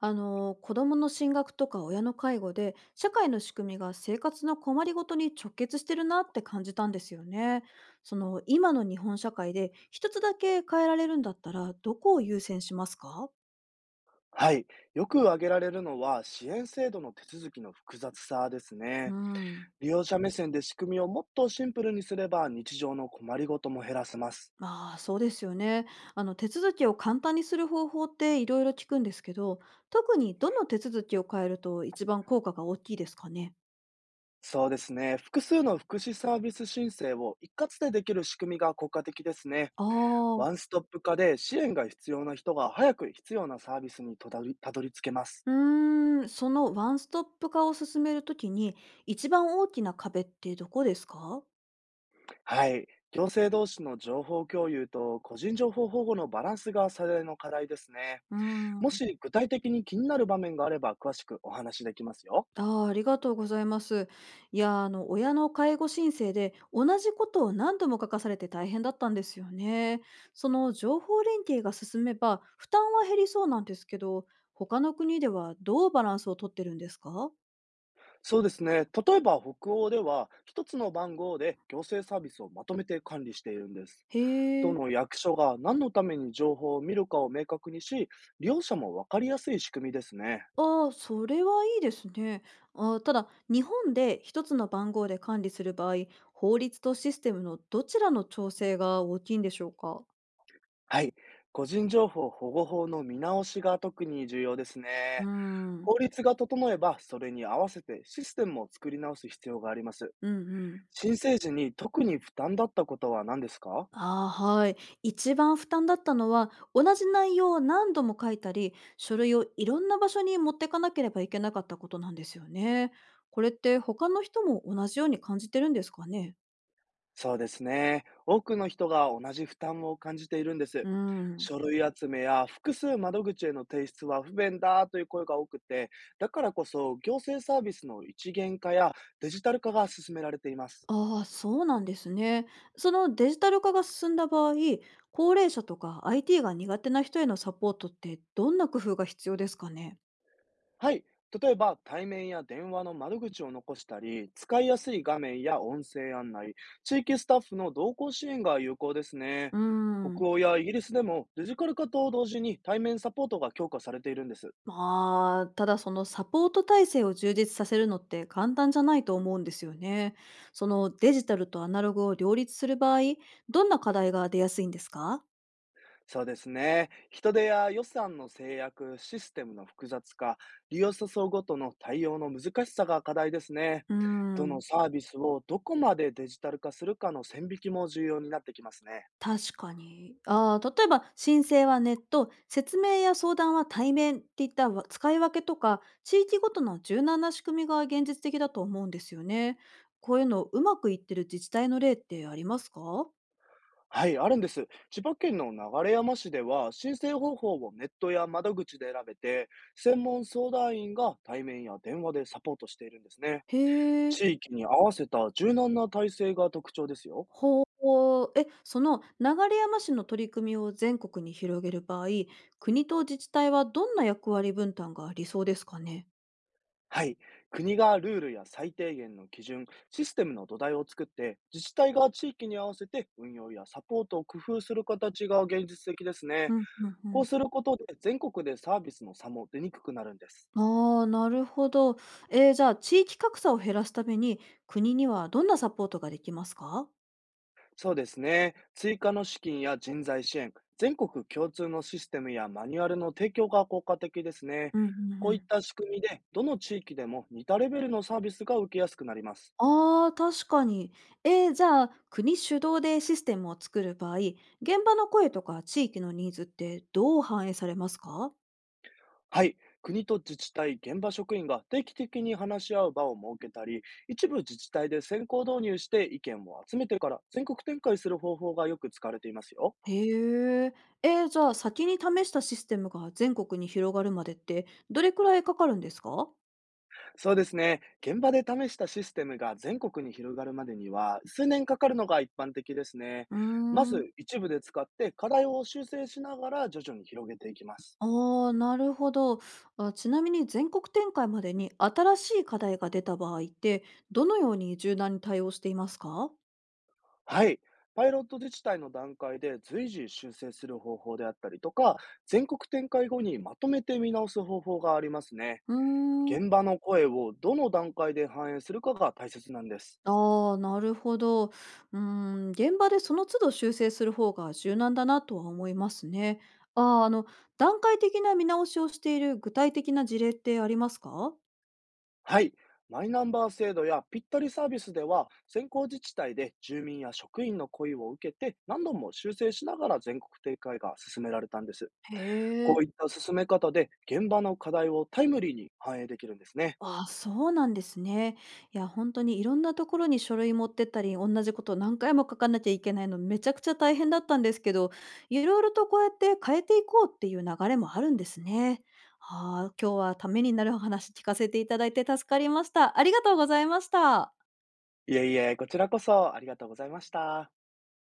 子どもの進学とか親の介護で社会の仕組みが生活の困りごとに直結してるなって感じたんですよね。今の日本社会で一つだけ変えられるんだったらどこを優先しますか？はい。よく挙げられるのは、支援制度の手続きの複雑さですうね。ん。利用者目線で仕組みをもっとシンプルにすれば、日常の困りごとも減らせます。まあそうですよね。手続きを簡単にする方法っていろいろ聞くんですけど、特にどの手続きを変えると一番効果が大きいですかね？そうですね。複数の福祉サービス申請を一括でできる仕組みが効果的ですね。ああ。ワンストップ化で支援が必要な人が早く必要なサービスにとだりたどり着けます。そのワンストップ化を進めるときに、一番大きな壁ってどこですか？はい。行政同士の情報共有と個人情報保護のバランスが最大の課題ですね。うーもん。し具体的に気になる場面があれば詳しくお話しできますよ。ああ、ありがとうございます。いやー、親の介護申請で同じことを何度も書かされて大変だったんですよね。その情報連携が進めば負担は減りそうなんですけど、他の国ではどうバランスをとってるんですか？そうですね。例えば北欧では一つの番号で行政サービスをまとめて管理しているんです。へどえ。の役所が何のために情報を見るかを明確にし、利用者もわかりやすい仕組みですね。ああ、それはいいですね。ただ、日本で一つの番号で管理する場合、法律とシステムのどちらの調整が大きいんでしょうか？はい。個人情報保護法の見直しが特に重要ですうーね。ん、法律が整えば、それに合わせてシステムを作り直す必要があります。うんうん。申請時に特に負担だったことは何ですか？ああ、はい。一番負担だったのは、同じ内容を何度も書いたり、書類をいろんな場所に持ってかなければいけなかったことなんですよね。これって他の人も同じように感じてるんですかね？そうですね。多くの人が同じ負担を感じているんでうす。ん。書類集めや複数窓口への提出は不便だという声が多くて、だからこそ行政サービスの一元化やデジタル化が進められています。ああ、そうなんですね。そのデジタル化が進んだ場合、高齢者とか IT が苦手な人へのサポートってどんな工夫が必要ですかね？はい。例えば対面や電話の窓口を残したり、使いやすい画面や音声案内、地域スタッフの同行支援が有効ですね。うーん。北欧やイギリスでもデジタル化と同時に対面サポートが強化されているんです。まあ、ただそのサポート体制を充実させるのって簡単じゃないと思うんですよね。そのデジタルとアナログを両立する場合、どんな課題が出やすいんですか？そうですね。人手や予算の制約、システムの複雑化、利用者層ごとの対応の難しさが課題ですね。うーどのん。サービスをどこまでデジタル化するかの線引きも重要になってきますね。確かに。ああ、例えば申請はネット、説明や相談は対面っていったわ使い分けとか、地域ごとの柔軟な仕組みが現実的だと思うんですよね。こういうのうまくいってる自治体の例ってありますか？はい、あるんです。千葉県の流山市では、申請方法をネットや窓口で選べて、専門相談員が対面や電話でサポートしているんですね。へえ。地域に合わせた柔軟な体制が特徴ですよ。ほう。その流山市の取り組みを全国に広げる場合、国と自治体はどんな役割分担が理想ですかね？はい。国がルールや最低限の基準、システムの土台を作って、自治体が地域に合わせて運用やサポートを工夫する形が現実的ですね。うんうんうこうん。することで全国でサービスの差も出にくくなるんです。ああ、なるほど。じゃあ、地域格差を減らすために、国にはどんなサポートができますか？そうですね。追加の資金や人材支援、全国共通のシステムやマニュアルの提供が効果的ですね。うんうんこうういっん。た仕組みで、どの地域でも似たレベルのサービスが受けやすくなります。ああー、確かに。じゃあ、国主導でシステムを作る場合、現場の声とか地域のニーズってどう反映されますか？はい。国と自治体、現場職員が定期的に話し合う場を設けたり、一部自治体で先行導入して意見を集めてから全国展開する方法がよく使われていますよ。へえ。じゃあ、先に試したシステムが全国に広がるまでって、どれくらいかかるんですか？そうですね。現場で試したシステムが全国に広がるまでには数年かかるのが一般的ですね。うーまん。ず一部で使って課題を修正しながら徐々に広げていきます。ああ、なるほど。あ、ちなみに全国展開までに新しい課題が出た場合って、どのように柔軟に対応していますか？はい。パイロット自治体の段階で随時修正する方法であったりとか、全国展開後にまとめて見直す方法がありますね。うーん。現場の声をどの段階で反映するかが大切なんです。ああ、なるほど。ー現場でその都度修正する方が柔軟だなとは思いますね。ああ、段階的な見直しをしている具体的な事例ってありますか？はい。マイナンバー制度やぴったりサービスでは、先行自治体で住民や職員の声を受けて何度も修正しながら全国展開が進められたんです。へこえ。ういった進め方で現場の課題をタイムリーに反映できるんですね。ああ、そうなんですね。いや、本当にいろんなところに書類持ってったり、同じことを何回も書かなきゃいけないの、めちゃくちゃ大変だったんですけど、いろいろとこうやって変えていこうっていう流れもあるんですね。ああ、今日はためになるお話聞かせていただいて助かりました。ありがとうございました。いえいえ、こちらこそありがとうございました。